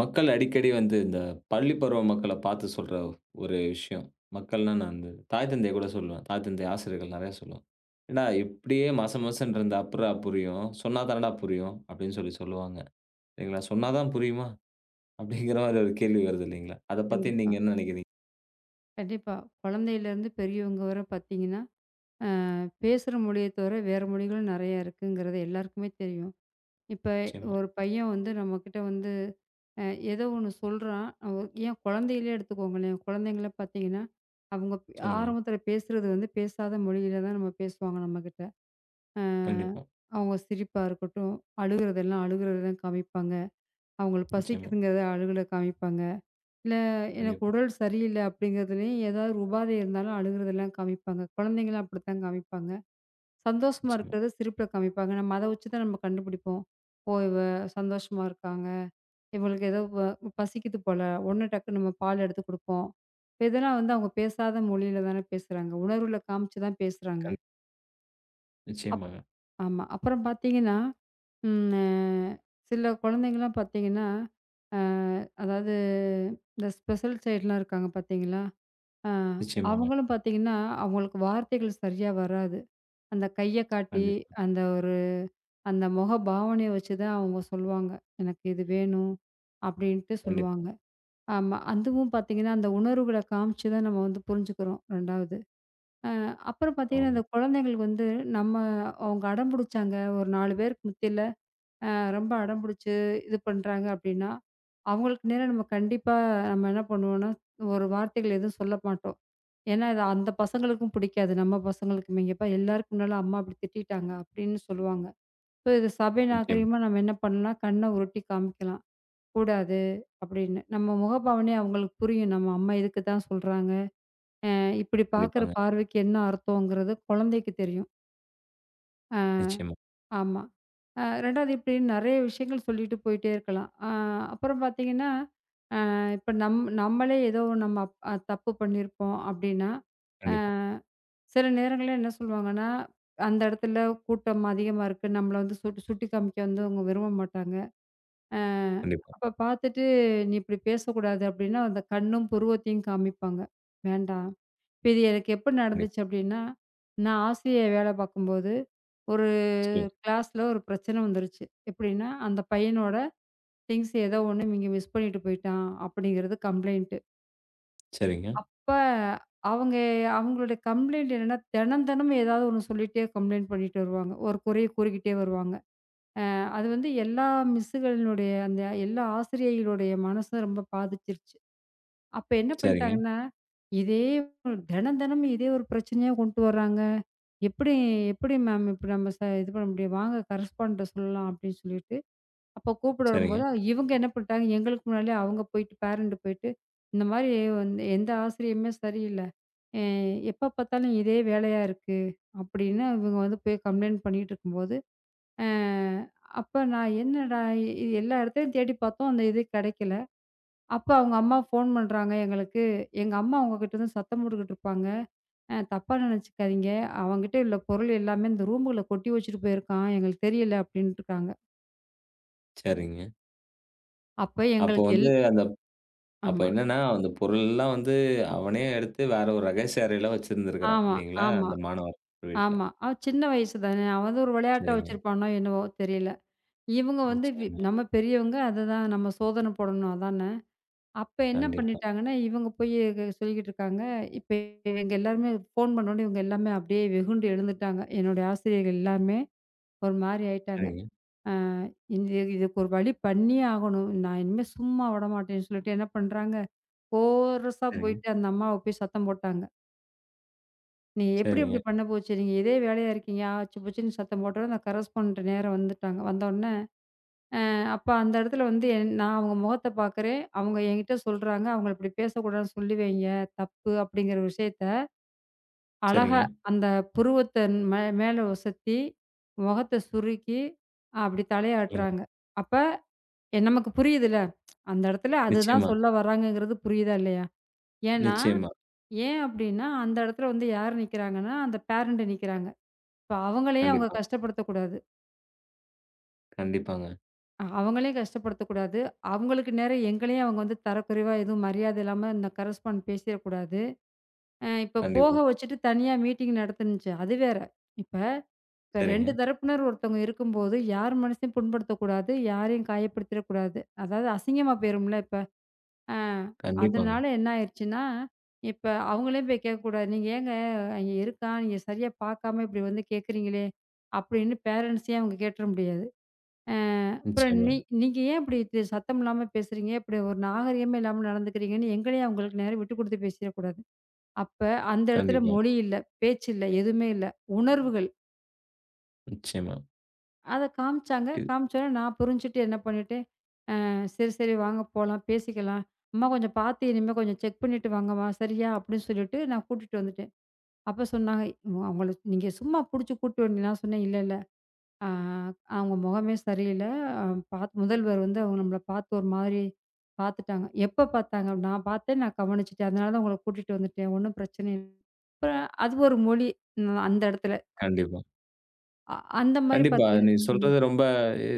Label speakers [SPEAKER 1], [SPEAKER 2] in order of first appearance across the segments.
[SPEAKER 1] மக்கள் அடிக்கடி வந்து இந்த பள்ளி பருவ மக்கள பார்த்து சொல்ற ஒரு விஷயம். மக்கள்னா நான் வந்து தாய் தந்தைய கூட சொல்லுவேன். தாய் தந்தை, ஆசிரியர்கள் நெறைய சொல்லுவேன். "ஏன்டா இப்படியே மச மசன்னு இருந்தா அப்புட்றா புரியும்? சொன்னா தானடா புரியும்." அப்படின்னு சொல்லி சொல்லுவாங்க. இல்லைங்களா? "சொன்னா தான் புரியுமா?" அப்படிங்கிற மாரி ஒரு கேள்வி வருது இல்லைங்களா? அத பத்தி
[SPEAKER 2] கண்டிப்பா,
[SPEAKER 1] நீங்க என்ன நெனைக்கிறீங்க?
[SPEAKER 2] கண்டிப்பா. குழந்தையிலேருந்து பெரியவங்க வர பார்த்தீங்கன்னா, பேசுற மொழிய தவிர வேற மொழிகள் நெறையா இருக்குங்கிறது எல்லாருக்குமே தெரியும். இப்ப
[SPEAKER 1] நிச்சயமா.
[SPEAKER 2] ஒரு பையன் வந்து நம்மகிட்ட வந்து அ ஏதோ ஒண்ணு சொல்றான். ஏன் குழந்தையிலே எடுத்துக்கோங்களேன். குழந்தைங்கள பார்த்தீங்கன்னா, அவங்க
[SPEAKER 1] சொல்லுங்க.
[SPEAKER 2] ஆரம்பத்தில பேசுறது வந்து பேசாத மொழியில தான் நம்ம பேசுவாங்க நம்மகிட்ட. அ
[SPEAKER 1] கண்டிப்பா.
[SPEAKER 2] அவங்க சிரிப்பா இருக்கட்டும், அழுகுறதெல்லாம் அழுகுறத தான் காமிப்பாங்க. அவங்களுக்கு
[SPEAKER 1] நிச்சயமா.
[SPEAKER 2] பசிக்குதுங்கிறத அழுகல காமிப்பாங்க. இல்ல, எனக்கு
[SPEAKER 1] கண்டிப்பா.
[SPEAKER 2] உடல் சரியில்ல அப்படிங்கிறதுலயும் ஏதாவது உபாதை இருந்தாலும் அழுகுறதெல்லாம் காமிப்பாங்க. குழந்தைங்கலாம் அப்படித்தான் காமிப்பாங்க. சந்தோஷமா
[SPEAKER 1] நிச்சயமா.
[SPEAKER 2] இருக்கிறத சிரிப்புல காமிப்பாங்க. நம்ம அத வச்சு தான் நம்ம கண்டுபிடிப்போம். ஓ! இவ சந்தோஷமா இருக்காங்க. இவளுக்கு ஏதோ பசிக்குது போல. உடனே டக்குன்னு நம்ம பால் எடுத்து குடுப்போம். இதெல்லாம் வந்து அவங்க பேசாத மொழியில தானே பேசுறாங்க. உணர்வுல காமிச்சு தான் பேசுறாங்க.
[SPEAKER 1] கண்
[SPEAKER 2] அப்
[SPEAKER 1] நிச்சயமாங்க.
[SPEAKER 2] ஆமா. அப்புறம் பார்த்தீங்கன்னா, ம் அ சில குழந்தைங்கலாம் பார்த்தீங்கன்னா, அ அதாவது இந்த ஸ்பெஷல் சைல்டுலாம் இருக்காங்க பார்த்தீங்களா? ஆ,
[SPEAKER 1] நிச்சயமாங்க.
[SPEAKER 2] அவங்களும் பார்த்தீங்கன்னா, அவங்களுக்கு வார்த்தைகள் சரியா வராது. அந்த கைய காட்டி,
[SPEAKER 1] கண்டிப்பா.
[SPEAKER 2] அந்த ஒரு அந்த முக பாவனைய வச்சு தான் அவங்க சொல்லுவாங்க. "எனக்கு இது வேணும்" அப்படின்ட்டு
[SPEAKER 1] கண்டிப்பா.
[SPEAKER 2] சொல்லுவாங்க. ஆமா. அதுவும் பார்த்தீங்கன்னா, அந்த உணர்வுகள காமிச்சு தான் நம்ம வந்து புரிஞ்சுக்கிறோம் 2வது. அப்புறம் பார்த்தீங்கன்னா,
[SPEAKER 1] ஆமாங்க.
[SPEAKER 2] அந்த குழந்தைங்களுக்கு வந்து நம்ம அவங்க அடம் பிடிச்சாங்க, ஒரு 4 பேருக்கு மத்தியில அ ரொம்ப அடம்பிடிச்சு இது பண்றாங்க அப்படின்னா, அவங்களுக்கு நேரா நம்ம கண்டிப்பா நம்ம என்ன பண்ணுவோம்னா, ஒரு வார்த்தைகள் எதுவும் சொல்ல மாட்டோம். ஏன்னா, இது அந்த பசங்களுக்கும் பிடிக்காது. நம்ம பசங்களுக்குமே, "இங்க பார் எல்லாருக்கும் முன்னால அம்மா அப்படி திட்டிட்டாங்க" அப்படின்னு சொல்லுவாங்க. ஸோ இது சபை
[SPEAKER 1] நிச்சயமா.
[SPEAKER 2] நாகரிகமா நம்ம என்ன பண்ணலாம், கண்ண உருட்டி காமிக்கலாம். கூடாது அப்படின்னு. நம்ம முகபாவனையே அவங்களுக்கு புரியும். நம்ம அம்மா இதுக்கு தான் சொல்றாங்க. அ இப்படி பார்க்குற
[SPEAKER 1] கண்டிப்பாங்க.
[SPEAKER 2] பார்வைக்கு என்ன அர்த்தங்கிறது குழந்தைக்கு தெரியும்.
[SPEAKER 1] நிச்சயமா.
[SPEAKER 2] ஆமா. 2வது இப்படி நெறைய விஷயங்கள் சொல்லிட்டு போயிட்டே இருக்கலாம். அப்புறம் பார்த்தீங்கன்னா, இப்ப நம்மளே ஏதோ நம்ம அப் அ தப்பு பண்ணியிருப்போம் அப்படின்னா, அ
[SPEAKER 1] கண்டிப்பா.
[SPEAKER 2] சில நேரங்கள்ல என்ன சொல்லுவாங்கன்னா, அந்த இடத்துல கூட்டம் அதிகமா இருக்கு. நம்மள வந்து சுட்டு சுட்டி காமிக்க வந்து அவங்க விரும்ப மாட்டாங்க. அ
[SPEAKER 1] கண்டிப்பா.
[SPEAKER 2] அப்ப பார்த்துட்டு, "நீ இப்படி பேசக்கூடாது" அப்படின்னா, அந்த கண்ணும் புருவத்தையும் காமிப்பாங்க. வேண்டாம். இப்ப இது எனக்கு எப்ப
[SPEAKER 1] கண்டிப்பா.
[SPEAKER 2] நடந்துச்சு அப்படின்னா, நான் ஆசிரியையா வேலை பார்க்கும்போது, ஒரு
[SPEAKER 1] சொல்லுங்க.
[SPEAKER 2] கிளாஸ்ல ஒரு பிரச்சனை வந்துருச்சு. எப்படின்னா, அந்த பையனோட திங்ஸ் ஏதோ ஒண்ணு இவங்க மிஸ் பண்ணிட்டு போயிட்டான் அப்படிங்கிறது கம்ப்ளைண்ட்.
[SPEAKER 1] சரிங்க.
[SPEAKER 2] இப்ப அவங்க அவங்களோட கம்ப்ளைண்ட் என்னன்னா, தினம் தினம் ஏதாவது ஒண்ணு சொல்லிட்டே கம்ப்ளைண்ட் பண்ணிட்டு வருவாங்க. ஒரு குறைய கூறிக்கிட்டே வருவாங்க. அது வந்து எல்லா மிஸ்ஸுகளினுடைய அந்த எல்லா ஆசிரியைகளுடைய மனச ரொம்ப பாதிச்சிருச்சு. அப்ப என்ன
[SPEAKER 1] சரிங்க.
[SPEAKER 2] பண்ணிட்டாங்கன்னா, இதே ஒரு- தினம் தினம் இதே ஒரு பிரச்சனையா கொண்டு வர்றாங்க. எப்படி எப்படி மேம் இப்படி நம்ம ச இது பண்ண முடியும்? வாங்க கரஸ்பாண்டன்ட்ட சொல்லலாம் அப்படின்னு சொல்லிட்டு அப்போ கூப்பிட
[SPEAKER 1] சரிங்க,
[SPEAKER 2] வரும்போது, இவங்க என்ன பண்ணிட்டாங்க, எங்களுக்கு முன்னாடியே அவங்க போயிட்டு பேரண்ட் போயிட்டு, இந்த மாரி வந்து எந்த ஆசிரியருமே சரியில்ல. அ எப்ப பார்த்தாலும் இதே வேலையா இருக்கு. அப்படின்னு இவங்க வந்து போய் கம்ப்ளைண்ட் பண்ணிட்டு இருக்கும்போது, அ அப்ப நான் என்னடா இது எல்லா இடத்துலயும் தேடி பார்த்தோம். அந்த இது கிடைக்கல. அப்ப அவங்க அம்மா ஃபோன் பண்றாங்க எங்களுக்கு. எங்க அம்மா உங்ககிட்ட இருந்து சத்தம் போட்டுக்கிட்டு இருப்பாங்க. தப்பா நினைச்சுக்காதீங்க. அவன்கிட்ட உள்ள பொருள் எல்லாமே இந்த ரூமுக்குள்ள கொட்டி வச்சுட்டு போயிருக்கான். எங்களுக்கு தெரியல அப்படின்ட்டுருக்காங்க.
[SPEAKER 1] சரிங்க.
[SPEAKER 2] அப்ப
[SPEAKER 1] அப்போ
[SPEAKER 2] எங்களுக்கு
[SPEAKER 1] வந்து அந்த அப்போ
[SPEAKER 2] ஆமா.
[SPEAKER 1] என்னன்னா, அந்த பொருள்லாம் வந்து அவனே எடுத்து வேற ஒரு ரகசிய அறையில வச்சிருந்திருக்கிறான்
[SPEAKER 2] ஆமா,
[SPEAKER 1] இல்லைங்களா?
[SPEAKER 2] ஆமா,
[SPEAKER 1] அந்த மாணவர் வீட்ல.
[SPEAKER 2] ஆமா. அவன் சின்ன வயசு தானே! அவன் வந்து ஒரு விளையாட்டா
[SPEAKER 1] சரிங்க.
[SPEAKER 2] வச்சிருப்பானோ என்னவோ தெரியல. இவுங்க வந்து
[SPEAKER 1] நிச்சயமா.
[SPEAKER 2] நம்ம பெரியவங்க அதுதான் நம்ம சோதனை போடணும் அதானே! அப்ப என்ன
[SPEAKER 1] கண்டிப்பா.
[SPEAKER 2] பண்ணிட்டாங்கன்னா, இவுங்க போய் சொல்லிக்கிட்டு இருக்காங்க. இப்ப இவுங்க எல்லாருமே ஃபோன் பண்ணோனே இவுங்க எல்லாமே அப்படியே வெகுண்டு எழுந்துட்டாங்க. என்னுடைய ஆசிரியர்கள் எல்லாருமே ஒரு மாரி ஆயிட்டாங்க.
[SPEAKER 1] சரிங்க,
[SPEAKER 2] ஆ இந்த இதுக்கு ஒரு வழி பண்ணியே ஆகணும். நான் இனிமே சும்மா விடமாட்டேன்னு சொல்லிட்டு என்ன பண்றாங்க, கோரஸா
[SPEAKER 1] சரிங்க,
[SPEAKER 2] போயிட்டு அந்த அம்மாவ போய் சத்தம் போட்டாங்க. நீ எப்படி
[SPEAKER 1] சரிங்க,
[SPEAKER 2] இப்படி பண்ண போச்சு? நீங்க இதே வேலையா இருக்கீங்க. ஆச்சு பூச்சுன்னு சத்தம் போட்டோனே, அந்த கரஸ்பாண்டன்ட் நேரா வந்துட்டாங்க. வந்தோனே, அப்ப அந்த இடத்துல வந்து நான் அவங்க முகத்த பார்க்குறேன். அவங்க என்கிட்ட சொல்றாங்க, "அவங்கள இப்படி பேசக்கூடாதுன்னு சொல்லி வைங்க. தப்பு." அப்படிங்கிற விஷயத்த அழகா
[SPEAKER 1] சரிங்க.
[SPEAKER 2] அந்த புருவத்த மேல ஒசத்தி, முகத்த சுருக்கி, அப்படி
[SPEAKER 1] சொல்லுங்க.
[SPEAKER 2] தலையாட்டுறாங்க. அப்ப நமக்கு புரியுதுல்ல. அந்த இடத்துல அதுதான்
[SPEAKER 1] நிச்சயமா,
[SPEAKER 2] சொல்ல வராங்கங்கிறது புரியுதா இல்லையா? ஏன்னா,
[SPEAKER 1] நிச்சயமா.
[SPEAKER 2] ஏன் அப்படின்னா, அந்த இடத்துல வந்து யார் நிக்கிறாங்கன்னா, அந்த பேரண்ட் நிக்கிறாங்க. இப்ப அவங்களையும் அவங்க
[SPEAKER 1] கண்டிப்பா,
[SPEAKER 2] கஷ்டப்படுத்தக்கூடாது.
[SPEAKER 1] கண்டிப்பாங்க.
[SPEAKER 2] அவங்களையும் கஷ்டப்படுத்தக்கூடாது. அவங்களுக்கு நேரா எங்களையும் அவங்க வந்து தரக்குறைவா எதுவும் மரியாதை இல்லாம இந்த கரஸ்பாண்ட் பேசிறக்கூடாது. இப்ப போக
[SPEAKER 1] கண்டிப்பா.
[SPEAKER 2] வச்சுட்டு தனியா மீட்டிங் நடத்துனுச்சு. அது வேற. இப்ப இப்ப
[SPEAKER 1] சரிங்க.
[SPEAKER 2] 2 தரப்பினர் ஒருத்தவங்க இருக்கும்போது, யார் மனசையும் புண்படுத்தக்கூடாது. யாரையும் காயப்படுத்திறக்கூடாது. அதாவது அசிங்கமா போயிரும்ல இப்ப. அ
[SPEAKER 1] கண்டிப்பாங்க.
[SPEAKER 2] அதனால என்ன ஆயிருச்சுன்னா, இப்ப அவங்களையும் போய் கேட்கக்கூடாது. "நீங்க ஏங்க அங்க இருக்கான், நீங்க சரியா பார்க்காம இப்படி வந்து கேட்குறீங்களே!" அப்படின்னு பேரண்ட்ஸையும் அவங்க கேட்டுற முடியாது. அ அப்புறம்
[SPEAKER 1] நிச்சயமா.
[SPEAKER 2] நீங்க ஏன் இப்படி இது சத்தம் இல்லாம பேசுறீங்க? இப்படி ஒரு நாகரிகமே இல்லாம நடந்துக்கிறீங்கன்னு எங்களையும் அவங்களுக்கு நேரா விட்டு குடுத்து பேசிறக்கூடாது. அப்ப அந்த இடத்துல
[SPEAKER 1] கண்டிப்பா,
[SPEAKER 2] மொழி இல்ல, பேச்சு இல்ல, எதுவுமே இல்ல. உணர்வுகள்.
[SPEAKER 1] நிச்சயமா.
[SPEAKER 2] அத காமிச்சாங்க.
[SPEAKER 1] இது
[SPEAKER 2] காமிச்சோனே நான் புரிஞ்சுட்டு என்ன பண்ணிட்டேன், சரி, சரி, வாங்க போலாம், பேசிக்கலாம். அம்மா கொஞ்சம் பார்த்து இனிமே கொஞ்சம் செக் பண்ணிட்டு வாங்கம்மா, சரியா? அப்படின்னு சொல்லிட்டு நான் கூட்டிட்டு வந்துட்டேன். அப்ப சொன்னாங்க, அவங்கள நீங்க சும்மா புடிச்சு கூட்டு வந்தீங்களா?" சொன்னேன். "இல்ல, இல்ல." ஆ, அவங்க முகமே சரியில்ல. அ முதல்வர் வந்து அவங்க நம்மள பார்த்து ஒரு மாதிரி பார்த்துட்டாங்க. எப்ப பார்த்தாங்க? நான் பார்த்தேன், நான் கவனிச்சுட்டேன். அதனால தான் உங்கள கூட்டிட்டு வந்துட்டேன். ஒண்ணும் பிரச்சனை இல்ல. அப்புறம் அது ஒரு மொழி அந்த இடத்துல.
[SPEAKER 1] கண்டிப்பா.
[SPEAKER 2] அ அந்த மாரி
[SPEAKER 1] கண்டிப்பா.
[SPEAKER 2] பார்த்தீங்கன்னா
[SPEAKER 1] நீ
[SPEAKER 2] ம்.
[SPEAKER 1] சொல்றது ரொம்ப எ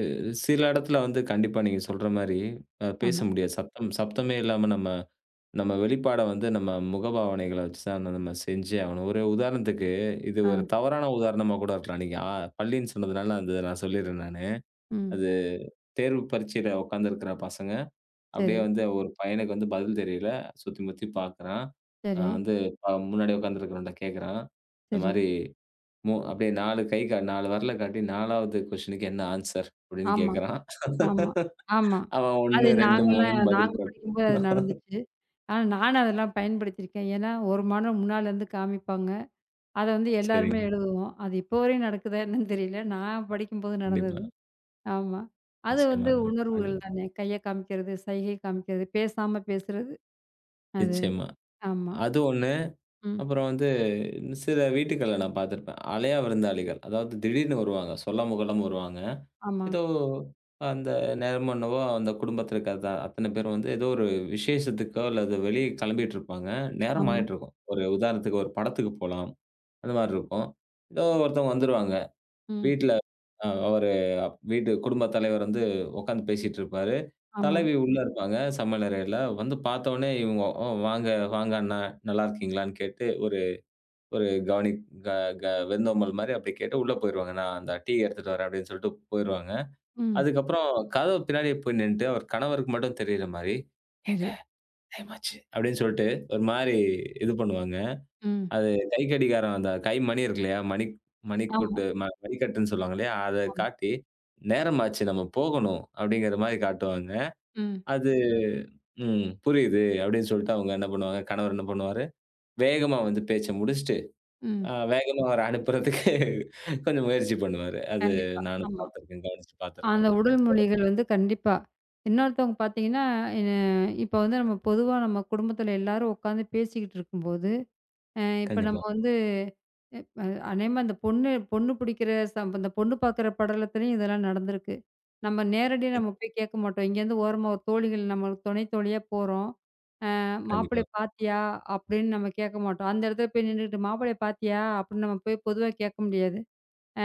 [SPEAKER 1] சில இடத்துல வந்து கண்டிப்பா நீங்க சொல்ற மாரி பேச
[SPEAKER 2] ஆமா.
[SPEAKER 1] முடியாது. சத்தம் சப்தமே இல்லாம நம்ம நம்ம வெளிப்பாட வந்து நம்ம முகபாவனைகள வச்சு தான் நம்ம செஞ்சே ஆகணும். ஒரு உதாரணத்துக்கு இது
[SPEAKER 2] ஆ.
[SPEAKER 1] ஒரு தவறான உதாரணமா கூட இருக்கலாம். நீங்க பள்ளின்னு சொன்னதுனால அத நான் சொல்லிடுறேன் நானு.
[SPEAKER 2] ம்.
[SPEAKER 1] அது தேர்வு பரீட்சையில உட்காந்துருக்கிற பசங்க, அப்படியே
[SPEAKER 2] சரி,
[SPEAKER 1] வந்து ஒரு பையனுக்கு வந்து பதில் தெரியல. சுத்தி முத்தி பார்க்குறான். அ
[SPEAKER 2] சரி,
[SPEAKER 1] வந்து அ முன்னாடி உட்காந்துருக்கிறவன்ட்ட கேட்குறான். இந்த
[SPEAKER 2] சரி.
[SPEAKER 1] மாரி அப்படியே 4 கை கா 4 விரல காட்டி 4வது கொஸ்டினுக்கு என்ன ஆன்ஸர்? அப்படின்னு
[SPEAKER 2] ஆமா,
[SPEAKER 1] கேட்கறான்.
[SPEAKER 2] ஆமா, ஆமா.
[SPEAKER 1] அவன்
[SPEAKER 2] அது
[SPEAKER 1] 1, 2,
[SPEAKER 2] நாங்கலாம்
[SPEAKER 1] 3ன்னு
[SPEAKER 2] நாங்க
[SPEAKER 1] பதில் கொடு
[SPEAKER 2] படிக்கும்போது அது நடந்துச்சு. ஆனா நானும் அதெல்லாம் பயன்படுத்தியிருக்கேன். ஏன்னா, ஒரு மாதம் முன்னால இருந்து காமிப்பாங்க. அத வந்து எல்லாருமே
[SPEAKER 1] சரிங்க.
[SPEAKER 2] எழுதுவோம். அது இப்போ வரையும் நடக்குதா என்னன்னு தெரியல. நான் படிக்கும்போது
[SPEAKER 1] கண்டிப்பா.
[SPEAKER 2] நடந்தது. ஆமா. அது வந்து
[SPEAKER 1] நிச்சயமாங்க. அது
[SPEAKER 2] உணர்வுகள் தானே. கைய காமிக்கிறது, சைகை காமிக்கிறது, பேசாம பேசுறது. அது.
[SPEAKER 1] நிச்சயமா.
[SPEAKER 2] ஆமா.
[SPEAKER 1] அது 1.
[SPEAKER 2] ம்.
[SPEAKER 1] அப்புறம் வந்து சில வீட்டுக்கள்ல நான் பார்த்திருப்பேன். அலையா விருந்தாளிகள். அதாவது திடீர்னு வருவாங்க. சொல்லாம கொள்ளாம வருவாங்க.
[SPEAKER 2] ஆமா.
[SPEAKER 1] ஏதோ அந்த நேரமோ என்னவோ அந்த குடும்பத்தில இருக்க அத அத்தன பேரும் வந்து ஏதோ ஒரு விசேஷத்துக்கோ, அல்லது வெளிய கிளம்பிட்டு இருப்பாங்க. நேரம்
[SPEAKER 2] ஆமா.
[SPEAKER 1] ஆயிட்டு இருக்கும். ஒரு உதாரணத்துக்கு ஒரு படத்துக்கு போலாம். அந்த மாரி இருக்கும். ஏதோ ஒருத்தவங்க வந்துருவாங்க.
[SPEAKER 2] ம்.
[SPEAKER 1] வீட்ல அவரு வீட்டு குடும்பத் தலைவர் வந்து உட்கார்ந்து பேசிட்டு இருப்பாரு.
[SPEAKER 2] ஆமா.
[SPEAKER 1] தலைவி உள்ள இருப்பாங்க சமையல் அறையில. வந்து பார்த்தோனே இவங்க "ஓ வாங்க, வாங்க அண்ணா நல்லா இருக்கீங்களான்னு?" கேட்டு ஒரு ஒரு கவனி க க வெந்தோம்பல் மாரி அப்படி கேட்டு உள்ள போயிருவாங்க. நான் அந்த டீ எடுத்துட்டு வரேன் அப்படின்னு சொல்லிட்டு போயிருவாங்க.
[SPEAKER 2] ம்.
[SPEAKER 1] அதுக்கப்புறம் கதவு பின்னாடியே போய் நின்னுட்டு அவர் கணவருக்கு மட்டும் தெரியிற மாரி, "ஏங்க
[SPEAKER 2] சரி.
[SPEAKER 1] டைம் ஆச்சு" அப்படின்னு சொல்லிட்டு ஒரு மாரி இது பண்ணுவாங்க.
[SPEAKER 2] ம்.
[SPEAKER 1] அது கை கடிகாரம் அந்த கை மணி இருக்கு இல்லையா? மணி
[SPEAKER 2] ஆமா.
[SPEAKER 1] மணிக்கூட்டு ம மணிக்கட்டுன்னு சொல்லுவாங்க இல்லையா? அத
[SPEAKER 2] ஆமா.
[SPEAKER 1] காட்டி, "நேரமாச்சு நம்ம போகணும்." அப்படிங்கிற மாரி காட்டுவாங்க.
[SPEAKER 2] ம்.
[SPEAKER 1] அது "ம் புரியுது." அப்படின்னு சொல்லிட்டு அவங்க என்ன பண்ணுவாங்க, கணவர் என்ன பண்ணுவாரு, வேகமா வந்து பேச்ச முடிச்சுட்டு,
[SPEAKER 2] ம்.
[SPEAKER 1] வேகமா அவர அனுப்புறதுக்கு கொஞ்சம் முயற்சி பண்ணுவாரு. அது
[SPEAKER 2] கண்டிப்பா.
[SPEAKER 1] நானும்
[SPEAKER 2] ஆமா.
[SPEAKER 1] பார்த்துருக்கேன், கவனிச்சு பார்த்துருக்கேன்.
[SPEAKER 2] அந்த உடல்
[SPEAKER 1] ம்.
[SPEAKER 2] மொழிகள் வந்து கண்டிப்பா. இன்னொருத்தவங்க பார்த்தீங்கன்னா, என்ன இப்போ வந்து நம்ம பொதுவா நம்ம குடும்பத்தில எல்லாரும் உட்காந்து பேசிக்கிட்டு இருக்கும்போது, இப்ப நம்ம
[SPEAKER 1] கண்டிப்பா.
[SPEAKER 2] வந்து எ அ அதேமாரி அந்த பொண்ணு பொண்ணு பிடிக்கிற அந்த பொண்ணு பார்க்குற படலத்துலயும் இதெல்லாம் நடந்திருக்கு. நம்ம நேரடியா
[SPEAKER 1] ம்.
[SPEAKER 2] நம்ம போய் கேட்க மாட்டோம். இங்கேருந்து ஓரமா ஒரு தோழிகள் நம்ம துணை தோழியா போறோம்.
[SPEAKER 1] கண்டிப்பா,
[SPEAKER 2] "மாப்பிள்ளைய பார்த்தியா?" அப்படின்னு நம்ம கேட்க மாட்டோம். அந்த இடத்துல போய் நின்னுகிட்டு, "மாப்பிள்ளைய பார்த்தியா?" அப்படின்னு நம்ம போய் பொதுவா கேட்க முடியாது.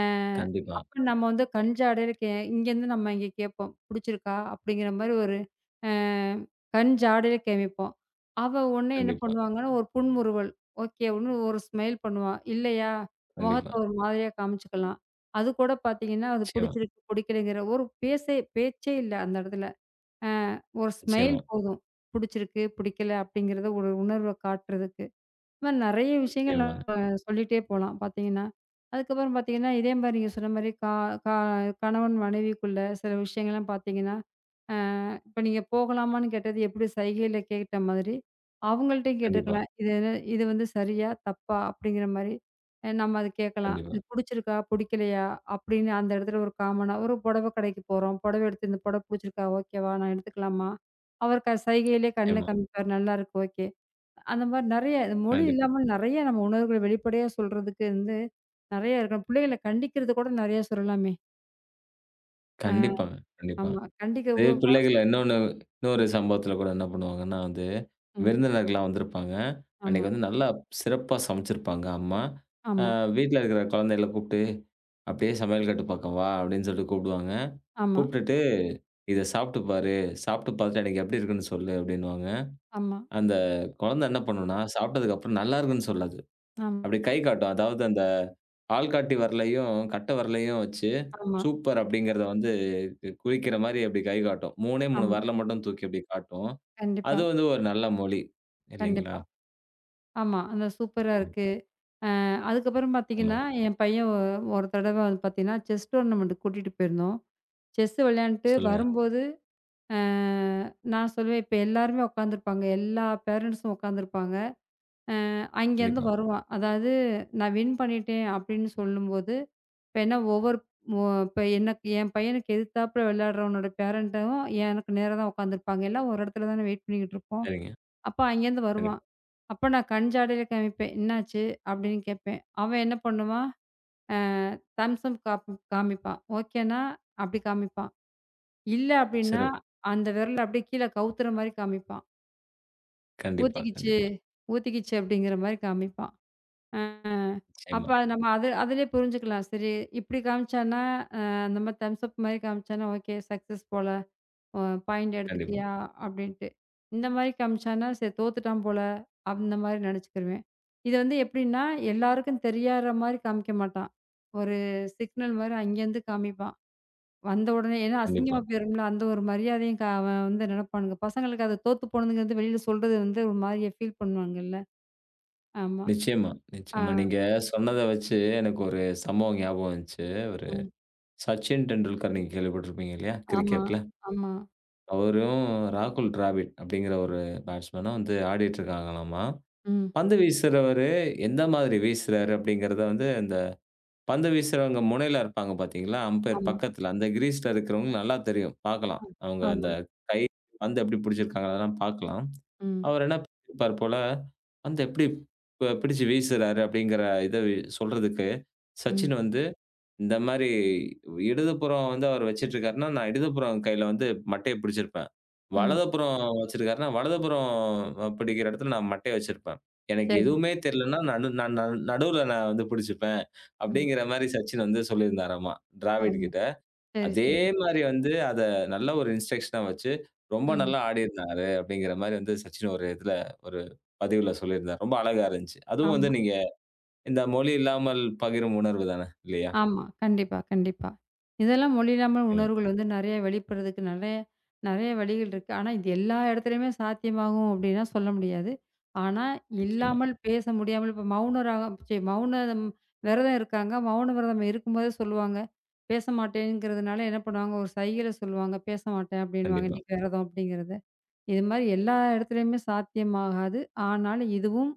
[SPEAKER 2] அ
[SPEAKER 1] கண்டிப்பா,
[SPEAKER 2] அப்ப நம்ம வந்து கண் ஜாடையில இங்கேருந்து நம்ம இங்க கேட்போம். "புடிச்சிருக்கா?" அப்படிங்கிற மாரி ஒரு அ கண் ஜாடையில கேமிப்போம். அவ உடனே என்ன
[SPEAKER 1] கண்டிப்பா,
[SPEAKER 2] பண்ணுவாங்கன்னா, ஒரு புன்முறுவல், "ஓகே" அப்படின்னு ஒரு ஸ்மைல் பண்ணுவா. இல்லையா, முகத்த
[SPEAKER 1] கண்டிப்பா.
[SPEAKER 2] ஒரு மாதிரியா காமிச்சுக்கலாம். அது கூட பார்த்தீங்கன்னா, அது
[SPEAKER 1] நிச்சயமா,
[SPEAKER 2] புடிச்சிருக்கு, புடிக்கலைங்கிற ஒரு பேச்சே இல்ல அந்த இடத்துல. அ ஒரு ஸ்மைல்
[SPEAKER 1] நிச்சயமா,
[SPEAKER 2] போதும். புடிச்சிருக்கு, புடிக்கல அப்படிங்கிறத ஒரு உணர்வ காட்டுறதுக்கு. இந்த மாரி நெறைய விஷயங்கள்
[SPEAKER 1] நிச்சயமாங்க.
[SPEAKER 2] நம்ம சொல்லிட்டே போலாம் பார்த்தீங்கன்னா. அதுக்கப்புறம் பார்த்தீங்கன்னா, இதே மாரி நீங்க சொன்ன மாரி கா கா கணவன் மனைவிக்குள்ள சில விஷயங்கள்லாம் பார்த்தீங்கன்னா, அ இப்ப நீங்க போகலாமான்னு கேட்டது எப்படி சைகையில கேட்ட மாதிரி, அவங்கள்ட்டயும்
[SPEAKER 1] கண்டிப்பா,
[SPEAKER 2] கேட்டுருக்கலாம். இது என்ன- இது வந்து சரியா? தப்பா? அப்படிங்கிற மாரி நம்ம அத கேட்கலாம்.
[SPEAKER 1] கண்டிப்பா,
[SPEAKER 2] இது புடிச்சிருக்கா? புடிக்கலையா? அப்படின்னு அந்த இடத்துல ஒரு காமனா ஒரு புடவ கடைக்கு போறோம். புடவ எடுத்து இந்த புடவ புடிச்சிருக்கா? ஓகேவா? நான் எடுத்துக்கலாமா? அவர் சைகையிலே கண்ல
[SPEAKER 1] நிச்சயமா,
[SPEAKER 2] காமிப்பார். நல்லாருக்கு. ஓகே. அந்த மாரி நெறைய மொழி
[SPEAKER 1] கண்டிப்பா.
[SPEAKER 2] இல்லாம நெறைய நம்ம உணர்வுகள வெளிப்படையா சொல்றதுக்கு வந்து நெறைய இருக்கும். பிள்ளைகள கண்டிக்கிறது கூட நெறைய சொல்லலாமே!
[SPEAKER 1] கண்டிப்பாங்க, கண்டிப்பா.
[SPEAKER 2] ஆமா. கண்டிக்க
[SPEAKER 1] அதே
[SPEAKER 2] உ-
[SPEAKER 1] பிள்ளைகள இன்னொரு சம்பவத்துல கூட என்ன பண்ணுவாங்கன்னா வந்து,
[SPEAKER 2] ம்.
[SPEAKER 1] விருந்தினர்கள்லாம் வந்திருப்பாங்க.
[SPEAKER 2] ஆமா,
[SPEAKER 1] அன்னைக்கு வந்து நல்லா சிறப்பா சமைச்சிருப்பாங்க அம்மா. அ
[SPEAKER 2] ஆமா,
[SPEAKER 1] வீட்ல இருக்கிற குழந்தைகள கூப்ட்டு, "அப்படியே சமையல் கட்டு பக்கம் வா" அப்படின்னு சொல்லிட்டு கூப்பிடுவாங்க.
[SPEAKER 2] ஆமா,
[SPEAKER 1] கூப்பிட்டுட்டு, "இத சாப்பிட்டு பாரு. சாப்பிட்டு பார்த்துட்டு எனக்கு எப்படி இருக்குன்னு சொல்லு" அப்படின்னுவாங்க.
[SPEAKER 2] ஆமா,
[SPEAKER 1] அந்த குழந்தை என்ன பண்ணும்னா, சாப்பிட்டதுக்கு அப்புறம் நல்லா இருக்குன்னு சொல்லாது.
[SPEAKER 2] ஆம்,
[SPEAKER 1] அப்படி கை காட்டும். அதாவது அந்த ஆள்காட்டி விரலையும், கட்ட விரலையும் வச்சு,
[SPEAKER 2] ஆமா,
[SPEAKER 1] சூப்பர் அப்படிங்கிறத வந்து குறிக்கிற மாரி அப்படி கை காட்டும். 3ஏ 3
[SPEAKER 2] ஆமா.
[SPEAKER 1] விரல மட்டும் தூக்கி அப்படி காட்டும்.
[SPEAKER 2] கண்டிப்பா,
[SPEAKER 1] அது வந்து ஒரு நல்ல மொழி. இல்லைங்களா?
[SPEAKER 2] கண்டிப்பா. ஆமா. அந்த சூப்பரா இருக்கு.
[SPEAKER 1] கண்டிப்பா.
[SPEAKER 2] அதுக்கப்புறம் பார்த்தீங்கன்னா,
[SPEAKER 1] ஆமாங்க.
[SPEAKER 2] என் பையன் ஒரு தடவ வந்து பார்த்தீங்கன்னா, செஸ் டோர்னமென்ட்க்கு கூட்டிட்டு போயிருந்தோம். செஸ் விளையாண்ட்டு
[SPEAKER 1] சொல்லுங்க.
[SPEAKER 2] வரும்போது, அ நான் சொல்லுவேன், இப்ப எல்லாருமே உட்காந்துருப்பாங்க. எல்லா பேரண்ட்ஸும் உட்காந்துருப்பாங்க. அ அங்கேருந்து
[SPEAKER 1] கண்டிப்பா.
[SPEAKER 2] வருவான். அதாவது நான் வின் பண்ணிட்டேன் அப்படின்னு சொல்லும்போது, இப்ப என்ன ஒவ்வொரு இப்ப எனக்கு என் பையனுக்கு எதிர்த்தாப்புல விளையாடுறவனோட பேரண்ட்டும் எனக்கு நேரா தான் உட்காந்துருப்பாங்க. எல்லாம் ஒரு இடத்துல தானே வெயிட் பண்ணிக்கிட்டு இருப்போம்.
[SPEAKER 1] சரிங்க.
[SPEAKER 2] அப்ப அங்கேருந்து வருவான்.
[SPEAKER 1] கண்டிப்பா.
[SPEAKER 2] அப்ப நான் கண் ஜாடையில காமிப்பேன். "என்னாச்சு?" அப்படின்னு கேட்பேன். அவன் என்ன பண்ணுவான், அ தம்ஸ் அப் காமிப்பான். ஓகேன்னா, அப்படி காமிப்பான். இல்ல அப்படின்னா,
[SPEAKER 1] சிறப்பு.
[SPEAKER 2] அந்த விரல அப்படியே கீழ கவுத்துற மாரி காமிப்பான்.
[SPEAKER 1] கண்டிப்பா,
[SPEAKER 2] "ஊத்திக்கிச்சு,
[SPEAKER 1] கண்டிப்பா.
[SPEAKER 2] ஊத்திக்கிச்சு" அப்படிங்கிற மாரி காமிப்பான். அ, அப்ப
[SPEAKER 1] நிச்சயமா.
[SPEAKER 2] அது நம்ம அது அதிலயே புரிஞ்சுக்கலாம். சரி இப்படி காமிச்சான்னா, அ அந்த மாரி தம்ஸ் அப் மாரி காமிச்சான்னா, ஓகே சக்சஸ் போல. அ பாயிண்ட்
[SPEAKER 1] கண்டிப்பா,
[SPEAKER 2] எடுத்துட்டியா அப்படின்ட்டு. இந்த மாரி காமிச்சான்னா, சரி தோத்துட்டான் போல, அந்த மாரி நெனச்சுக்கிருவேன். இது வந்து எப்படின்னா, எல்லாருக்கும் தெரியாற மாரி காமிக்க மாட்டான். ஒரு சிக்னல் மாரி அங்கேருந்து காமிப்பான். வந்த உடனே ஏன்னா அசிங்கமா
[SPEAKER 1] கண்டிப்பா.
[SPEAKER 2] போயிரும்ல, அந்த ஒரு மரியாதையும் அவன் வந்து நெனப்பானுங்க. பசங்களுக்கு அது தோத்து போனதுங்கிறது வெளியில சொல்றது வந்து ஒரு மாரியா ஃபீல் பண்ணுவாங்கல்ல. ஆமா.
[SPEAKER 1] நிச்சயமா, நிச்சயமா. நீங்க சொன்னத வச்சு எனக்கு ஒரு சம்பவம் ஞாபகம் வந்துச்சு. ஒரு
[SPEAKER 2] ஆ.
[SPEAKER 1] சச்சின் டெண்டுல்கர் நீங்க கேள்விப்பட்டிருப்பீங்க இல்லையா?
[SPEAKER 2] ஆமா,
[SPEAKER 1] கிரிக்கெட்ல.
[SPEAKER 2] ஆமா.
[SPEAKER 1] அவரும் ராகுல் டிராவிட் அப்படிங்கிற ஒரு பேட்ஸ்மேனும் வந்து ஆடிட்டு இருக்காங்களாமா.
[SPEAKER 2] ம்.
[SPEAKER 1] பந்து வீசுறவரு எந்த மாதிரி வீசுறாரு அப்படிங்கிறத வந்து இந்த பந்து வீசுறவங்க முனையில இருப்பாங்க பார்த்தீங்களா, அம்பயர்
[SPEAKER 2] ஆமா,
[SPEAKER 1] பக்கத்துல. அந்த கிரீஸ்ல இருக்கிறவங்களுக்கு நல்லா தெரியும். பார்க்கலாம். அவங்க
[SPEAKER 2] ஆமா.
[SPEAKER 1] அந்த கை பந்து எப்படி பிடிச்சிருக்காங்க அதெல்லாம் பார்க்கலாம்.
[SPEAKER 2] ம்,
[SPEAKER 1] அவர் என்ன பண்ணியிருப்பார் போல, பந்த எப்படி பிடிச்சு வீசுறாரு அப்படிங்கிற இத சொல்றதுக்கு
[SPEAKER 2] ம்,
[SPEAKER 1] சச்சின் வந்து இந்த மாரி இடதுபுறம் வந்து அவர் வச்சிட்டுருக்காருன்னா, நான் இடதுபுறம் கையில வந்து மட்டைய பிடிச்சிருப்பேன்.
[SPEAKER 2] ம்.
[SPEAKER 1] வலதுபுறம் வச்சிருக்காருன்னா, வலதுபுறம் பிடிக்கிற இடத்துல நான் மட்டைய வச்சிருப்பேன். எனக்கு
[SPEAKER 2] சரி.
[SPEAKER 1] எதுவுமே தெரியலன்னா, நடுவுல நான் வந்து பிடிச்சுப்பேன்.
[SPEAKER 2] ம்.
[SPEAKER 1] அப்படிங்கிற மாரி சச்சின் வந்து சொல்லியிருந்தாராமா, டிராவிட்
[SPEAKER 2] ஆமா.
[SPEAKER 1] கிட்ட.
[SPEAKER 2] சரி,
[SPEAKER 1] அதே
[SPEAKER 2] சரி.
[SPEAKER 1] மாரி வந்து அத நல்ல ஒரு இன்ஸ்ட்ரக்ஷனா வச்சு, ரொம்ப
[SPEAKER 2] ம்.
[SPEAKER 1] நல்லா ஆடியிருந்தாரு அப்படிங்கிற மாரி வந்து சச்சின் ஒரு பதிவுல சொல்லியிருந்தார். ரொம்ப அழகா இருந்துச்சு. அதுவும் வந்து
[SPEAKER 2] ஆமா,
[SPEAKER 1] நீங்க இந்த மொழி இல்லாமல் பகிரும் உணர்வு தானே இல்லையா?
[SPEAKER 2] ஆமா. கண்டிப்பா, கண்டிப்பா. இதெல்லாம் மொழியில்லாமல்
[SPEAKER 1] ஆமா,
[SPEAKER 2] உணர்வுகள் வந்து நெறைய வெளிப்படுறதுக்கு நெறைய நெறைய வழிகள் இருக்கு. ஆனா, இது எல்லா இடத்துலயுமே சாத்தியமாகும் அப்டின்னா சொல்ல முடியாது. ஆனா,
[SPEAKER 1] நிச்சயமா.
[SPEAKER 2] இல்லாமல் பேச முடியாமல் இப்ப மௌன ராகம் ச்சீ மௌனம் விரதம் இருக்காங்க. மௌன விரதம் இருக்கும்போதே சொல்லுவாங்க. பேச மாட்டேங்கிறதுனால என்ன பண்ணுவாங்க, ஒரு சைகையில சொல்லுவாங்க. பேச மாட்டேன் அப்டின்னுவாங்க.
[SPEAKER 1] கண்டிப்பா.
[SPEAKER 2] இன்னைக்கு விரதம் அப்டிங்கிறது. இது மாரி எல்லா இடத்துலயுமே சாத்தியமாகாது. ஆனாலும் இதுவும்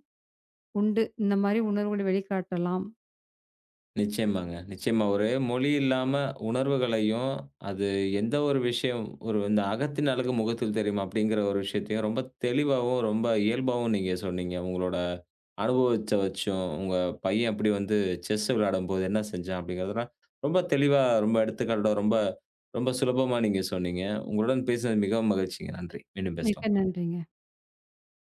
[SPEAKER 2] உண்டு. இந்த மாரி உணர்வுகளை வெளிக்காட்டலாம்.
[SPEAKER 1] நிச்சயமாங்க. நிச்சயமா. ஒரு மொழி இல்லாம உணர்வுகளையும், அது எந்த ஒரு விஷயம் ஒரு இந்த அகத்தின் அழகு முகத்தில் தெரியும் அப்படிங்கிற ஒரு விஷயத்தையும் ரொம்ப தெளிவாவும், ரொம்ப இயல்பாவும் நீங்க சொன்னீங்க. உங்களோட அனுபவத்த வச்சும், உங்க பையன் எப்படி வந்து செஸ் விளையாடும்போது என்ன செஞ்சான் அப்படிங்கிறதெல்லாம் ரொம்ப தெளிவா, ரொம்ப எடுத்துக்காட்டோட, ரொம்ப ரொம்ப சுலபமா நீங்க சொன்னீங்க. உங்களுடன் பேசினது மிகவும் மகிழ்ச்சிங்க. நன்றி. மீண்டும்
[SPEAKER 2] மிக்க
[SPEAKER 1] பேசலாம்.
[SPEAKER 2] நன்றிங்க.